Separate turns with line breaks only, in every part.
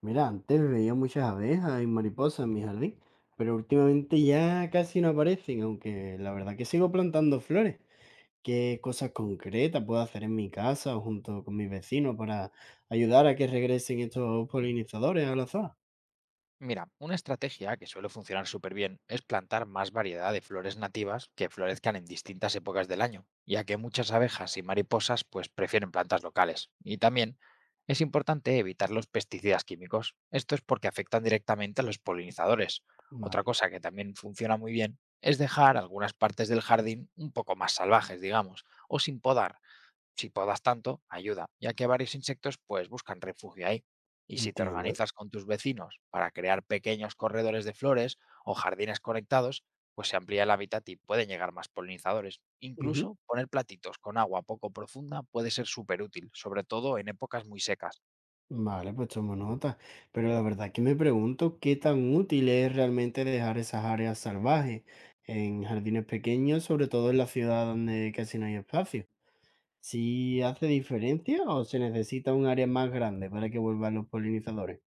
Mira, antes veía muchas abejas y mariposas en mi jardín, pero últimamente ya casi no aparecen, aunque la verdad que sigo plantando flores. ¿Qué cosas concretas puedo hacer en mi casa o junto con mis vecinos para ayudar a que regresen estos polinizadores a la zona?
Mira, una estrategia que suele funcionar súper bien es plantar más variedad de flores nativas que florezcan en distintas épocas del año, ya que muchas abejas y mariposas pues prefieren plantas locales. Y también es importante evitar los pesticidas químicos. Esto es porque afectan directamente a los polinizadores. Otra
Vale,
cosa que también funciona muy bien es dejar algunas partes del jardín un poco más salvajes, digamos, o sin podar, si podas tanto, ayuda, ya que varios insectos pues buscan refugio ahí. Y si te
entiendo.
organizas con tus vecinos para crear pequeños corredores de flores o jardines conectados, pues se amplía el hábitat y pueden llegar más polinizadores.
Ujú.
Incluso poner platitos con agua poco profunda puede ser súper útil, sobre todo en épocas muy secas.
Vale, pues tomo nota. Pero la verdad que me pregunto qué tan útil es realmente dejar esas áreas salvajes en jardines pequeños, sobre todo en la ciudad donde casi no hay espacio. ¿Si hace diferencia o se necesita un área más grande para que vuelvan los polinizadores?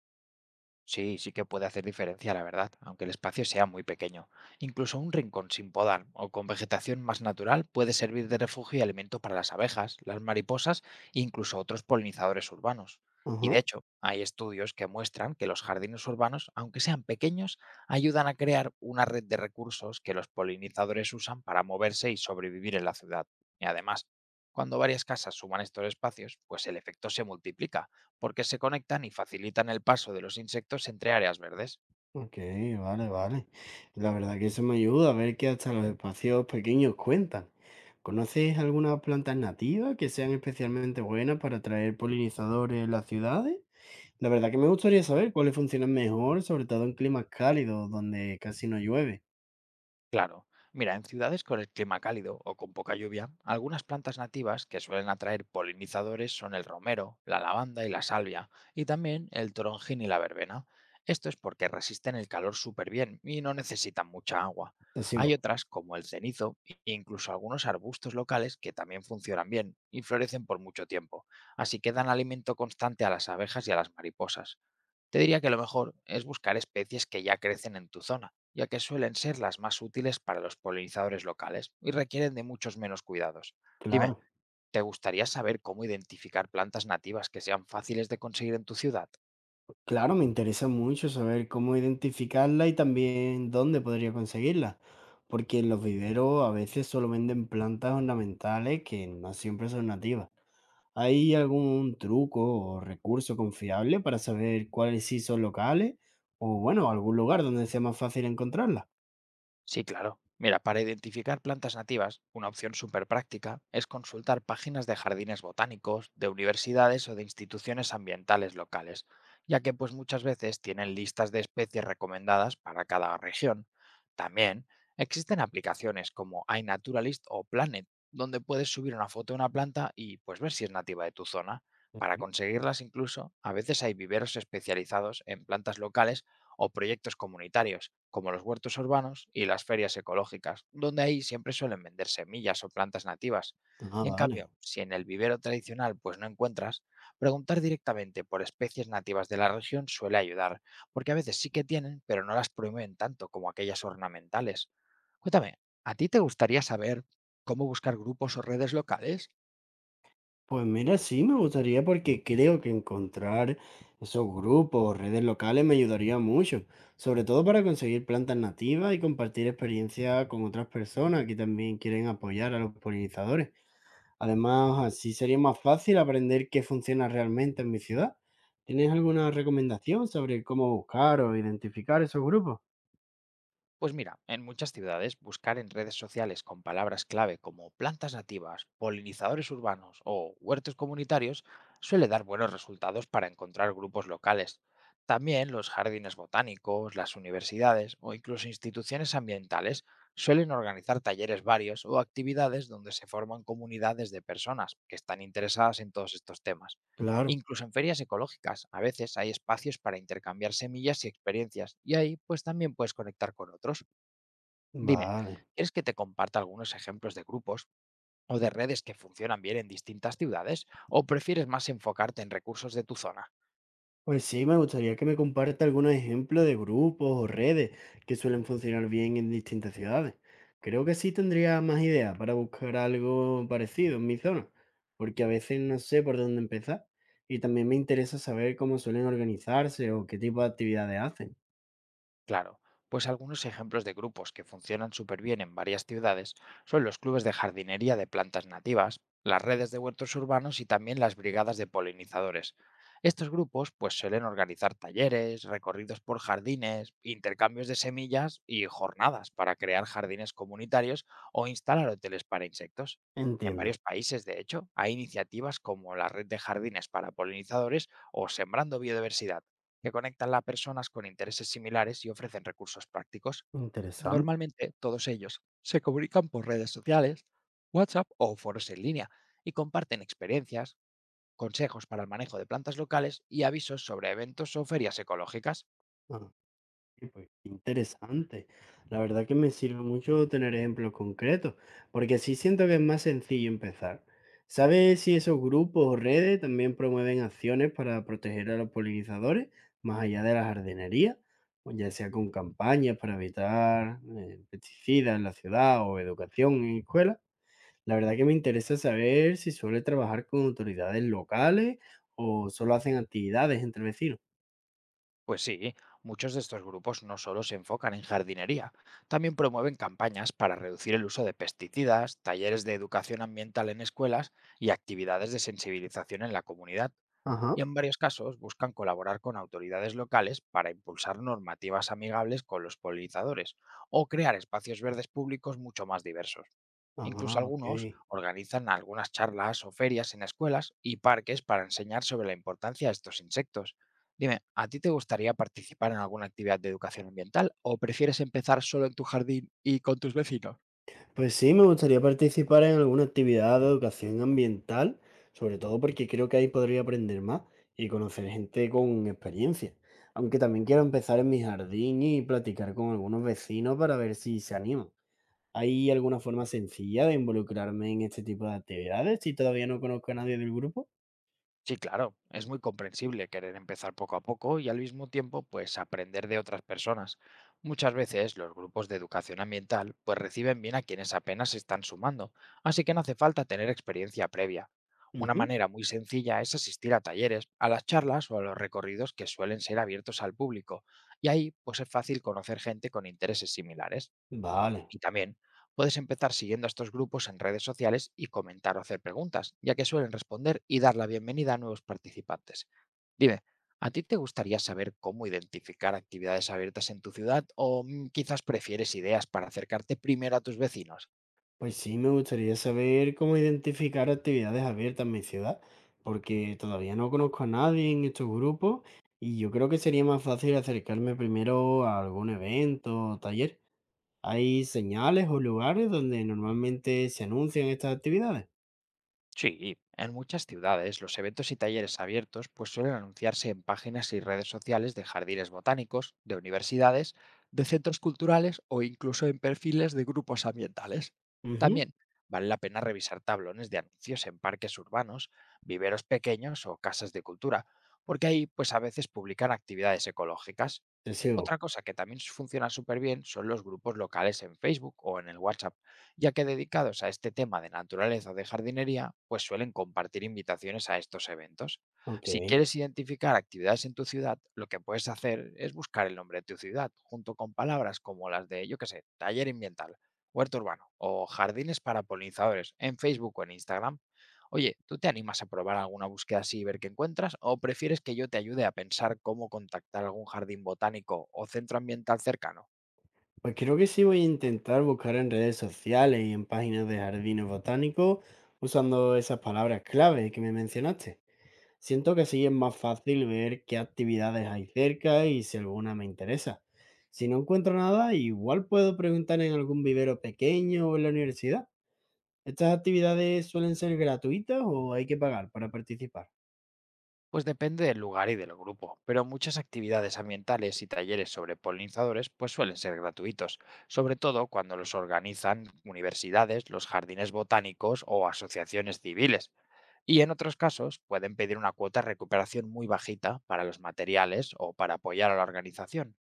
Sí, sí que puede hacer diferencia, la verdad, aunque el espacio sea muy pequeño. Incluso un rincón sin podar o con vegetación más natural puede servir de refugio y alimento para las abejas, las mariposas e incluso otros polinizadores urbanos. Y
Ajá,
de hecho, hay estudios que muestran que los jardines urbanos, aunque sean pequeños, ayudan a crear una red de recursos que los polinizadores usan para moverse y sobrevivir en la ciudad. Y además, cuando varias casas suman estos espacios, pues el efecto se multiplica porque se conectan y facilitan el paso de los insectos entre áreas verdes.
ok, vale, vale. La verdad que eso me ayuda a ver que hasta los espacios pequeños cuentan. ¿Conoces algunas plantas nativas que sean especialmente buenas para atraer polinizadores en las ciudades? La verdad que me gustaría saber cuáles funcionan mejor, sobre todo en climas cálidos donde casi no llueve.
Claro, mira, en ciudades con el clima cálido o con poca lluvia, algunas plantas nativas que suelen atraer polinizadores son el romero, la lavanda y la salvia, y también el toronjín y la verbena. Esto es porque resisten el calor súper bien y no necesitan mucha agua.
Así,
Hay otras, como el cenizo, e incluso algunos arbustos locales que también funcionan bien y florecen por mucho tiempo, así que dan alimento constante a las abejas y a las mariposas. Te diría que lo mejor es buscar especies que ya crecen en tu zona, ya que suelen ser las más útiles para los polinizadores locales y requieren de muchos menos cuidados. Dime,
claro.
¿te gustaría saber cómo identificar plantas nativas que sean fáciles de conseguir en tu ciudad?
Claro, me interesa mucho saber cómo identificarla y también dónde podría conseguirla, porque en los viveros a veces solo venden plantas ornamentales que no siempre son nativas. ¿Hay algún truco o recurso confiable para saber cuáles sí son locales o bueno, algún lugar donde sea más fácil encontrarla?
Sí, claro. Mira, para identificar plantas nativas, una opción súper práctica es consultar páginas de jardines botánicos, de universidades o de instituciones ambientales locales, ya que pues muchas veces tienen listas de especies recomendadas para cada región. También existen aplicaciones como iNaturalist o Planet, donde puedes subir una foto de una planta y pues ver si es nativa de tu zona. Para
Ujú.
conseguirlas incluso, a veces hay viveros especializados en plantas locales o proyectos comunitarios, como los huertos urbanos y las ferias ecológicas, donde ahí siempre suelen vender semillas o plantas nativas.
Ah,
Y en
vale.
cambio, si en el vivero tradicional pues no encuentras, preguntar directamente por especies nativas de la región suele ayudar, porque a veces sí que tienen, pero no las promueven tanto como aquellas ornamentales. Cuéntame, ¿a ti te gustaría saber cómo buscar grupos o redes locales?
Pues mira, sí me gustaría porque creo que encontrar esos grupos o redes locales me ayudaría mucho, sobre todo para conseguir plantas nativas y compartir experiencia con otras personas que también quieren apoyar a los polinizadores. Además, así sería más fácil aprender qué funciona realmente en mi ciudad. ¿Tienes alguna recomendación sobre cómo buscar o identificar esos grupos?
Pues mira, en muchas ciudades buscar en redes sociales con palabras clave como plantas nativas, polinizadores urbanos o huertos comunitarios suele dar buenos resultados para encontrar grupos locales. También los jardines botánicos, las universidades o incluso instituciones ambientales suelen organizar talleres varios o actividades donde se forman comunidades de personas que están interesadas en todos estos temas.
Claro,
Incluso en ferias ecológicas, a veces hay espacios para intercambiar semillas y experiencias, y ahí pues también puedes conectar con otros. Dime,
vale.
¿quieres que te comparta algunos ejemplos de grupos o de redes que funcionan bien en distintas ciudades o prefieres más enfocarte en recursos de tu zona?
Pues sí, me gustaría que me comparta algunos ejemplos de grupos o redes que suelen funcionar bien en distintas ciudades. Creo que sí tendría más ideas para buscar algo parecido en mi zona, porque a veces no sé por dónde empezar y también me interesa saber cómo suelen organizarse o qué tipo de actividades hacen.
Claro, pues algunos ejemplos de grupos que funcionan súper bien en varias ciudades son los clubes de jardinería de plantas nativas, las redes de huertos urbanos y también las brigadas de polinizadores. Estos grupos pues suelen organizar talleres, recorridos por jardines, intercambios de semillas y jornadas para crear jardines comunitarios o instalar hoteles para insectos. En
Entiendo.
varios países, de hecho, hay iniciativas como la Red de Jardines para Polinizadores o Sembrando Biodiversidad que conectan a personas con intereses similares y ofrecen recursos prácticos.
Interesante.
Normalmente todos ellos se comunican por redes sociales, WhatsApp o foros en línea, y comparten experiencias, consejos para el manejo de plantas locales y avisos sobre eventos o ferias ecológicas.
Sí, pues, interesante. La verdad que me sirve mucho tener ejemplos concretos, porque sí siento que es más sencillo empezar. ¿Sabes si esos grupos o redes también promueven acciones para proteger a los polinizadores más allá de la jardinería? O ya sea con campañas para evitar pesticidas en la ciudad o educación en escuelas. La verdad que me interesa saber si suele trabajar con autoridades locales o solo hacen actividades entre vecinos.
Pues sí, muchos de estos grupos no solo se enfocan en jardinería, también promueven campañas para reducir el uso de pesticidas, talleres de educación ambiental en escuelas y actividades de sensibilización en la comunidad.
Ajá.
Y en varios casos buscan colaborar con autoridades locales para impulsar normativas amigables con los polinizadores o crear espacios verdes públicos mucho más diversos. Incluso
Ah, ok.
algunos organizan algunas charlas o ferias en escuelas y parques para enseñar sobre la importancia de estos insectos. Dime, ¿a ti te gustaría participar en alguna actividad de educación ambiental o prefieres empezar solo en tu jardín y con tus vecinos?
Pues sí, me gustaría participar en alguna actividad de educación ambiental, sobre todo porque creo que ahí podría aprender más y conocer gente con experiencia. Aunque también quiero empezar en mi jardín y platicar con algunos vecinos para ver si se animan. ¿Hay alguna forma sencilla de involucrarme en este tipo de actividades si todavía no conozco a nadie del grupo?
Sí, claro, es muy comprensible querer empezar poco a poco y al mismo tiempo pues aprender de otras personas. Muchas veces los grupos de educación ambiental pues reciben bien a quienes apenas se están sumando, así que no hace falta tener experiencia previa. Una
Ujú.
manera muy sencilla es asistir a talleres, a las charlas o a los recorridos que suelen ser abiertos al público, y ahí pues es fácil conocer gente con intereses similares.
Vale.
Y también puedes empezar siguiendo a estos grupos en redes sociales y comentar o hacer preguntas, ya que suelen responder y dar la bienvenida a nuevos participantes. Dime, ¿a ti te gustaría saber cómo identificar actividades abiertas en tu ciudad o quizás prefieres ideas para acercarte primero a tus vecinos?
Pues sí, me gustaría saber cómo identificar actividades abiertas en mi ciudad, porque todavía no conozco a nadie en estos grupos y yo creo que sería más fácil acercarme primero a algún evento o taller. ¿Hay señales o lugares donde normalmente se anuncian estas actividades?
Sí, en muchas ciudades los eventos y talleres abiertos pues suelen anunciarse en páginas y redes sociales de jardines botánicos, de universidades, de centros culturales o incluso en perfiles de grupos ambientales.
Ujú,
También vale la pena revisar tablones de anuncios en parques urbanos, viveros pequeños o casas de cultura, porque ahí pues a veces publican actividades ecológicas.
te sigo.
Otra cosa que también funciona súper bien son los grupos locales en Facebook o en el WhatsApp, ya que dedicados a este tema de naturaleza o de jardinería, pues suelen compartir invitaciones a estos eventos.
Ok.
Si quieres identificar actividades en tu ciudad, lo que puedes hacer es buscar el nombre de tu ciudad junto con palabras como las de, yo qué sé, taller ambiental, huerto urbano o jardines para polinizadores en Facebook o en Instagram. Oye, ¿tú te animas a probar alguna búsqueda así y ver qué encuentras? ¿O prefieres que yo te ayude a pensar cómo contactar algún jardín botánico o centro ambiental cercano?
Pues creo que sí voy a intentar buscar en redes sociales y en páginas de jardines botánicos usando esas palabras clave que me mencionaste. Siento que sí es más fácil ver qué actividades hay cerca y si alguna me interesa. Si no encuentro nada, igual puedo preguntar en algún vivero pequeño o en la universidad. ¿Estas actividades suelen ser gratuitas o hay que pagar para participar?
Pues depende del lugar y del grupo, pero muchas actividades ambientales y talleres sobre polinizadores pues suelen ser gratuitos, sobre todo cuando los organizan universidades, los jardines botánicos o asociaciones civiles. Y en otros casos pueden pedir una cuota de recuperación muy bajita para los materiales o para apoyar a la organización.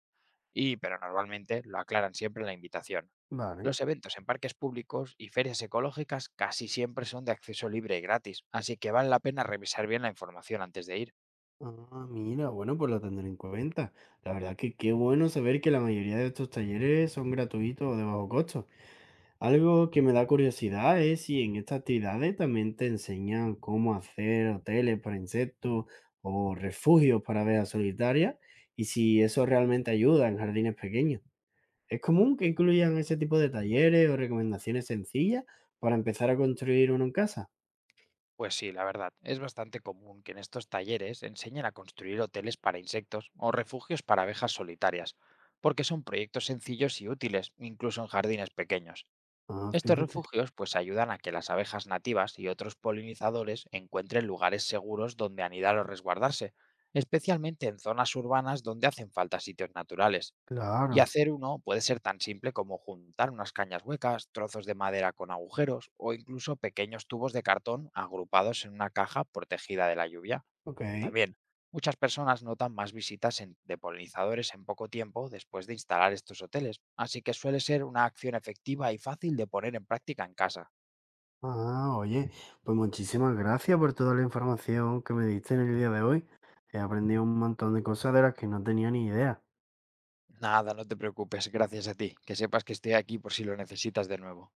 Y pero normalmente lo aclaran siempre en la invitación.
Vale.
Los eventos en parques públicos y ferias ecológicas casi siempre son de acceso libre y gratis, así que vale la pena revisar bien la información antes de ir.
Ah, mira, bueno, pues lo tendré en cuenta. La verdad que qué bueno saber que la mayoría de estos talleres son gratuitos o de bajo costo. Algo que me da curiosidad es si en estas actividades también te enseñan cómo hacer hoteles para insectos o refugios para abejas solitarias y si eso realmente ayuda en jardines pequeños. ¿Es común que incluyan ese tipo de talleres o recomendaciones sencillas para empezar a construir uno en casa?
Pues sí, la verdad, es bastante común que en estos talleres enseñen a construir hoteles para insectos o refugios para abejas solitarias, porque son proyectos sencillos y útiles, incluso en jardines pequeños.
Ah,
Estos
fíjate.
refugios pues ayudan a que las abejas nativas y otros polinizadores encuentren lugares seguros donde anidar o resguardarse, especialmente en zonas urbanas donde hacen falta sitios naturales. Y
Claro,
hacer uno puede ser tan simple como juntar unas cañas huecas, trozos de madera con agujeros o incluso pequeños tubos de cartón agrupados en una caja protegida de la lluvia.
ok.
También, muchas personas notan más visitas de polinizadores en poco tiempo después de instalar estos hoteles, así que suele ser una acción efectiva y fácil de poner en práctica en casa.
Ah, oye, pues muchísimas gracias por toda la información que me diste en el día de hoy. He aprendido un montón de cosas de las que no tenía ni idea.
Nada, no te preocupes, gracias a ti, que sepas que estoy aquí por si lo necesitas de nuevo.